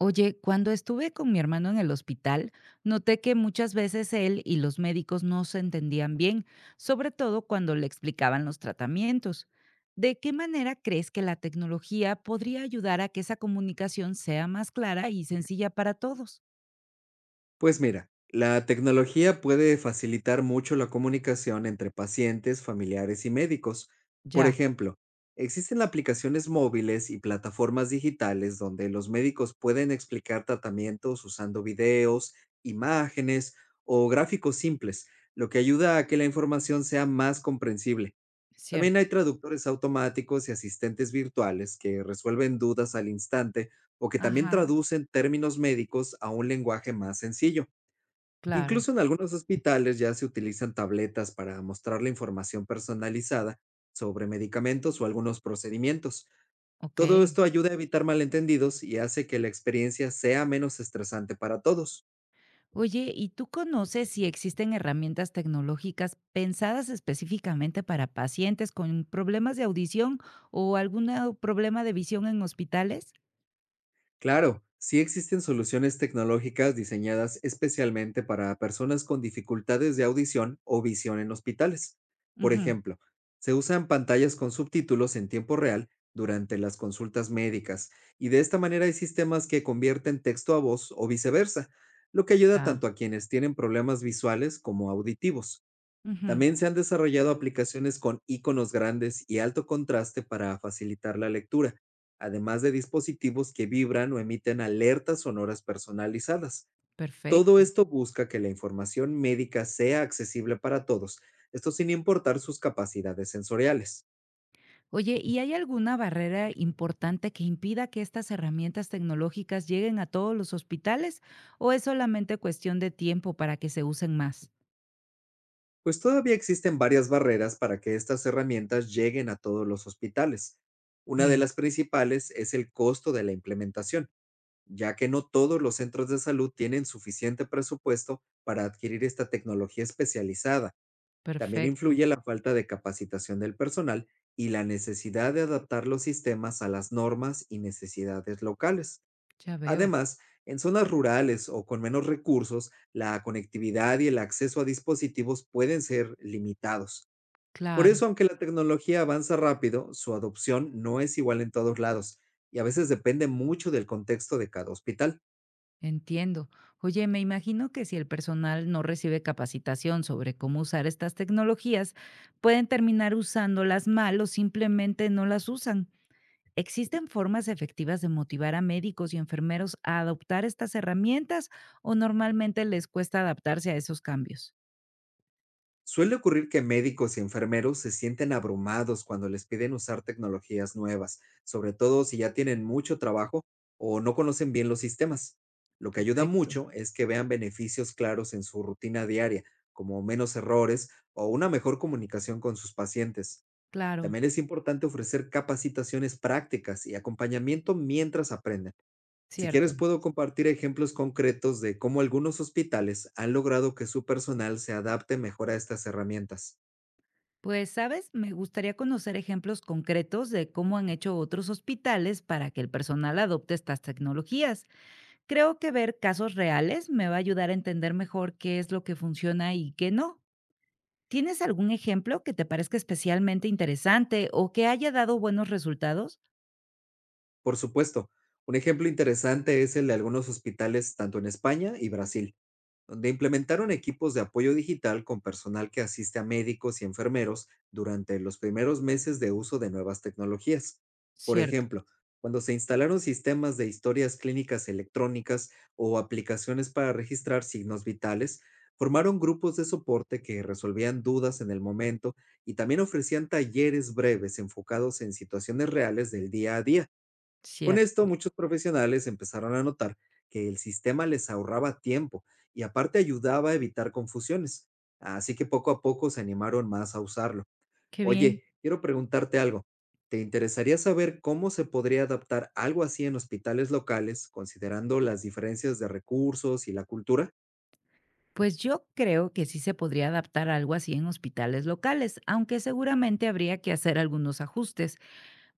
Oye, cuando estuve con mi hermano en el hospital, noté que muchas veces él y los médicos no se entendían bien, sobre todo cuando le explicaban los tratamientos. ¿De qué manera crees que la tecnología podría ayudar a que esa comunicación sea más clara y sencilla para todos? Pues mira, la tecnología puede facilitar mucho la comunicación entre pacientes, familiares y médicos. Por Ya, ejemplo, existen aplicaciones móviles y plataformas digitales donde los médicos pueden explicar tratamientos usando videos, imágenes o gráficos simples, lo que ayuda a que la información sea más comprensible. También cierto. hay traductores automáticos y asistentes virtuales que resuelven dudas al instante o que también Ajá, traducen términos médicos a un lenguaje más sencillo. claro, Incluso en algunos hospitales ya se utilizan tabletas para mostrar la información personalizada sobre medicamentos o algunos procedimientos. ok. Todo esto ayuda a evitar malentendidos y hace que la experiencia sea menos estresante para todos. Oye, ¿y tú conoces si existen herramientas tecnológicas pensadas específicamente para pacientes con problemas de audición o algún problema de visión en hospitales? Claro, sí existen soluciones tecnológicas diseñadas especialmente para personas con dificultades de audición o visión en hospitales. Por Ujú. ejemplo, se usan pantallas con subtítulos en tiempo real durante las consultas médicas, y de esta manera hay sistemas que convierten texto a voz o viceversa, lo que ayuda Ya. tanto a quienes tienen problemas visuales como auditivos. Ujú. También se han desarrollado aplicaciones con iconos grandes y alto contraste para facilitar la lectura, además de dispositivos que vibran o emiten alertas sonoras personalizadas. Todo Perfecto. esto busca que la información médica sea accesible para todos, esto sin importar sus capacidades sensoriales. Oye, ¿y hay alguna barrera importante que impida que estas herramientas tecnológicas lleguen a todos los hospitales o es solamente cuestión de tiempo para que se usen más? Pues todavía existen varias barreras para que estas herramientas lleguen a todos los hospitales. Una de Bien, las principales es el costo de la implementación, ya que no todos los centros de salud tienen suficiente presupuesto para adquirir esta tecnología especializada. También perfecto. influye la falta de capacitación del personal y la necesidad de adaptar los sistemas a las normas y necesidades locales. Ya veo. Además, en zonas rurales o con menos recursos, la conectividad y el acceso a dispositivos pueden ser limitados. Por Claro. eso, aunque la tecnología avanza rápido, su adopción no es igual en todos lados y a veces depende mucho del contexto de cada hospital. Entiendo. Oye, me imagino que si el personal no recibe capacitación sobre cómo usar estas tecnologías, pueden terminar usándolas mal o simplemente no las usan. ¿Existen formas efectivas de motivar a médicos y enfermeros a adoptar estas herramientas o normalmente les cuesta adaptarse a esos cambios? Suele ocurrir que médicos y enfermeros se sienten abrumados cuando les piden usar tecnologías nuevas, sobre todo si ya tienen mucho trabajo o no conocen bien los sistemas. Lo que ayuda Perfecto. mucho es que vean beneficios claros en su rutina diaria, como menos errores o una mejor comunicación con sus pacientes. Claro, También es importante ofrecer capacitaciones prácticas y acompañamiento mientras aprenden. Si quieres, cierto. puedo compartir ejemplos concretos de cómo algunos hospitales han logrado que su personal se adapte mejor a estas herramientas. Pues, ¿sabes? Me gustaría conocer ejemplos concretos de cómo han hecho otros hospitales para que el personal adopte estas tecnologías. Creo que ver casos reales me va a ayudar a entender mejor qué es lo que funciona y qué no. ¿Tienes algún ejemplo que te parezca especialmente interesante o que haya dado buenos resultados? Por supuesto, un ejemplo interesante es el de algunos hospitales tanto en España y Brasil, donde implementaron equipos de apoyo digital con personal que asiste a médicos y enfermeros durante los primeros meses de uso de nuevas tecnologías. Por Cierto, ejemplo, cuando se instalaron sistemas de historias clínicas electrónicas o aplicaciones para registrar signos vitales, formaron grupos de soporte que resolvían dudas en el momento y también ofrecían talleres breves enfocados en situaciones reales del día a día. Con cierto. esto, muchos profesionales empezaron a notar que el sistema les ahorraba tiempo y aparte ayudaba a evitar confusiones. Así que poco a poco se animaron más a usarlo. Qué bien. Oye, quiero preguntarte algo. ¿Te interesaría saber cómo se podría adaptar algo así en hospitales locales, considerando las diferencias de recursos y la cultura? Pues yo creo que sí se podría adaptar algo así en hospitales locales, aunque seguramente habría que hacer algunos ajustes.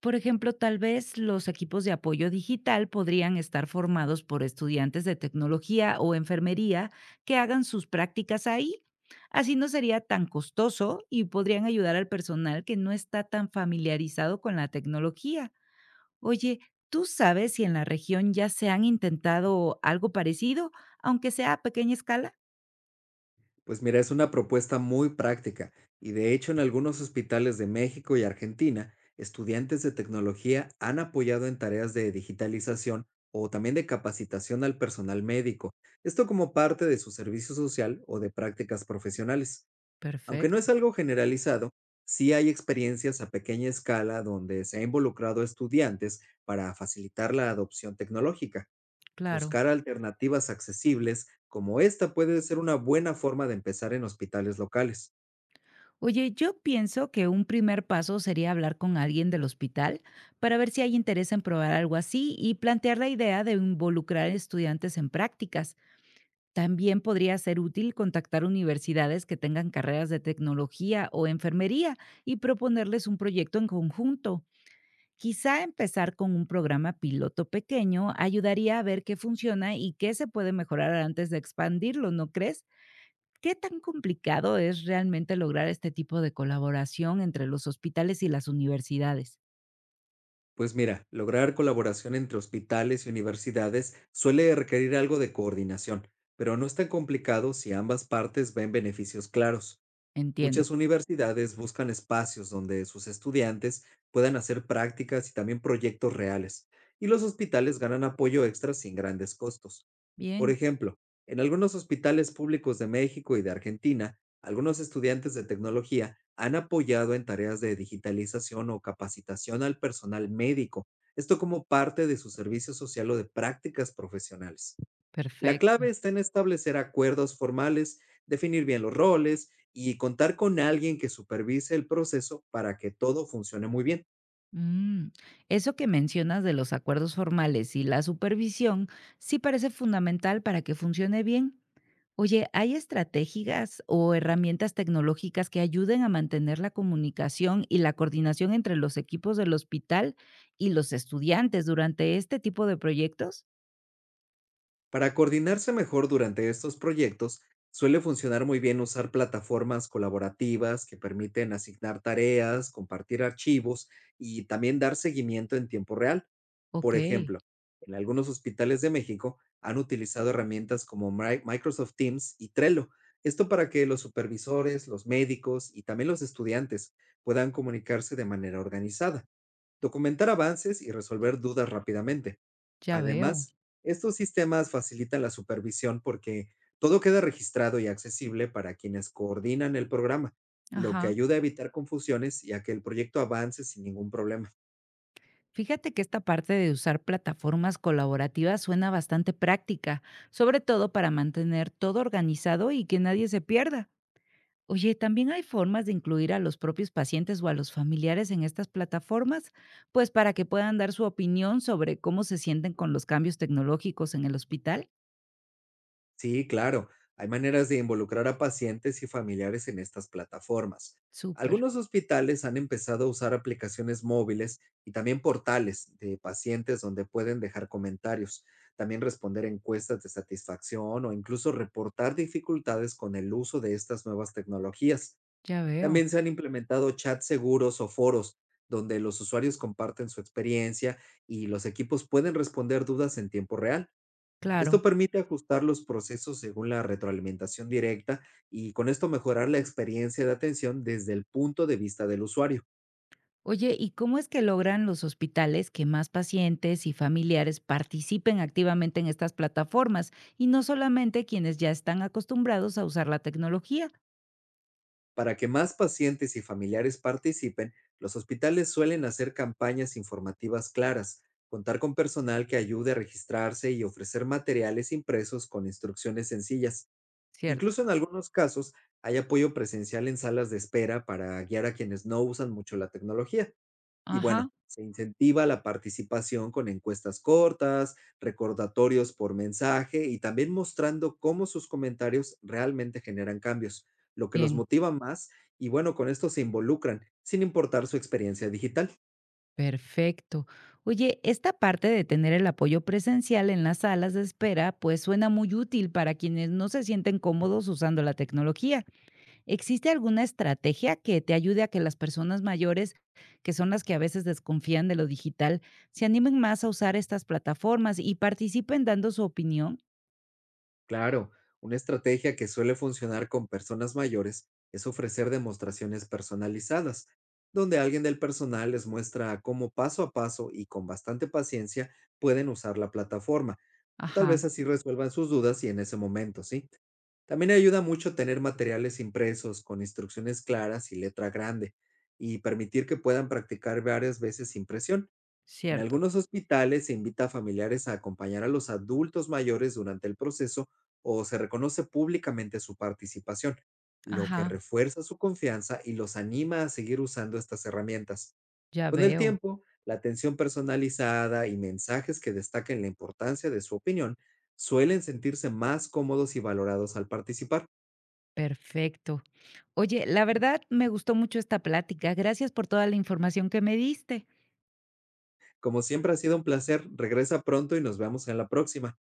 Por ejemplo, tal vez los equipos de apoyo digital podrían estar formados por estudiantes de tecnología o enfermería que hagan sus prácticas ahí. Así no sería tan costoso y podrían ayudar al personal que no está tan familiarizado con la tecnología. Oye, ¿tú sabes si en la región ya se han intentado algo parecido, aunque sea a pequeña escala? Pues mira, es una propuesta muy práctica, y de hecho en algunos hospitales de México y Argentina, estudiantes de tecnología han apoyado en tareas de digitalización o también de capacitación al personal médico, esto como parte de su servicio social o de prácticas profesionales. Aunque no Perfecto, es algo generalizado, sí hay experiencias a pequeña escala donde se ha involucrado a estudiantes para facilitar la adopción tecnológica. claro. Buscar alternativas accesibles como esta puede ser una buena forma de empezar en hospitales locales. Oye, yo pienso que un primer paso sería hablar con alguien del hospital para ver si hay interés en probar algo así y plantear la idea de involucrar estudiantes en prácticas. También podría ser útil contactar universidades que tengan carreras de tecnología o enfermería y proponerles un proyecto en conjunto. Quizá empezar con un programa piloto pequeño ayudaría a ver qué funciona y qué se puede mejorar antes de expandirlo, ¿no crees? ¿Qué tan complicado es realmente lograr este tipo de colaboración entre los hospitales y las universidades? Pues mira, lograr colaboración entre hospitales y universidades suele requerir algo de coordinación, pero no es tan complicado si ambas partes ven beneficios claros. Muchas Entiendo. universidades buscan espacios donde sus estudiantes puedan hacer prácticas y también proyectos reales, y los hospitales ganan apoyo extra sin grandes costos. Por Bien, ejemplo, en algunos hospitales públicos de México y de Argentina, algunos estudiantes de tecnología han apoyado en tareas de digitalización o capacitación al personal médico, esto como parte de su servicio social o de prácticas profesionales. La perfecto. clave está en establecer acuerdos formales, definir bien los roles y contar con alguien que supervise el proceso para que todo funcione muy bien. Mm, Eso que mencionas de los acuerdos formales y la supervisión sí parece fundamental para que funcione bien. Oye, ¿hay estrategias o herramientas tecnológicas que ayuden a mantener la comunicación y la coordinación entre los equipos del hospital y los estudiantes durante este tipo de proyectos? Para coordinarse mejor durante estos proyectos, suele funcionar muy bien usar plataformas colaborativas que permiten asignar tareas, compartir archivos y también dar seguimiento en tiempo real. Ok, Por ejemplo, en algunos hospitales de México han utilizado herramientas como Microsoft Teams y Trello. Esto para que los supervisores, los médicos y también los estudiantes puedan comunicarse de manera organizada, documentar avances y resolver dudas rápidamente. ya veo. Además, estos sistemas facilitan la supervisión porque todo queda registrado y accesible para quienes coordinan el programa, lo que Ajá. ayuda a evitar confusiones y a que el proyecto avance sin ningún problema. Fíjate que esta parte de usar plataformas colaborativas suena bastante práctica, sobre todo para mantener todo organizado y que nadie se pierda. Oye, ¿también hay formas de incluir a los propios pacientes o a los familiares en estas plataformas? Pues para que puedan dar su opinión sobre cómo se sienten con los cambios tecnológicos en el hospital. Sí, claro. Hay maneras de involucrar a pacientes y familiares en estas plataformas. Súper, Algunos hospitales han empezado a usar aplicaciones móviles y también portales de pacientes donde pueden dejar comentarios, también responder encuestas de satisfacción o incluso reportar dificultades con el uso de estas nuevas tecnologías. ya veo. También se han implementado chats seguros o foros donde los usuarios comparten su experiencia y los equipos pueden responder dudas en tiempo real. Esto Claro. permite ajustar los procesos según la retroalimentación directa y con esto mejorar la experiencia de atención desde el punto de vista del usuario. Oye, ¿y cómo es que logran los hospitales que más pacientes y familiares participen activamente en estas plataformas y no solamente quienes ya están acostumbrados a usar la tecnología? Para que más pacientes y familiares participen, los hospitales suelen hacer campañas informativas claras, contar con personal que ayude a registrarse y ofrecer materiales impresos con instrucciones sencillas. ¿Cierto? Incluso en algunos casos hay apoyo presencial en salas de espera para guiar a quienes no usan mucho la tecnología. Y bueno, Ajá. se incentiva la participación con encuestas cortas, recordatorios por mensaje y también mostrando cómo sus comentarios realmente generan cambios, lo que los Bien, motiva más, y bueno, con esto se involucran, sin importar su experiencia digital. perfecto. Oye, esta parte de tener el apoyo presencial en las salas de espera, pues suena muy útil para quienes no se sienten cómodos usando la tecnología. ¿Existe alguna estrategia que te ayude a que las personas mayores, que son las que a veces desconfían de lo digital, se animen más a usar estas plataformas y participen dando su opinión? Claro, una estrategia que suele funcionar con personas mayores es ofrecer demostraciones personalizadas, donde alguien del personal les muestra cómo, paso a paso y con bastante paciencia, pueden usar la plataforma. Tal Ajá, vez así resuelvan sus dudas y en ese momento, ¿sí? También ayuda mucho tener materiales impresos con instrucciones claras y letra grande, y permitir que puedan practicar varias veces sin presión. En cierto. algunos hospitales se invita a familiares a acompañar a los adultos mayores durante el proceso o se reconoce públicamente su participación, lo que Ajá, refuerza su confianza y los anima a seguir usando estas herramientas. ya Con el veo. tiempo, la atención personalizada y mensajes que destaquen la importancia de su opinión, suelen sentirse más cómodos y valorados al participar. Perfecto. Oye, la verdad me gustó mucho esta plática. Gracias por toda la información que me diste. Como siempre, ha sido un placer; regresa pronto y nos vemos en la próxima.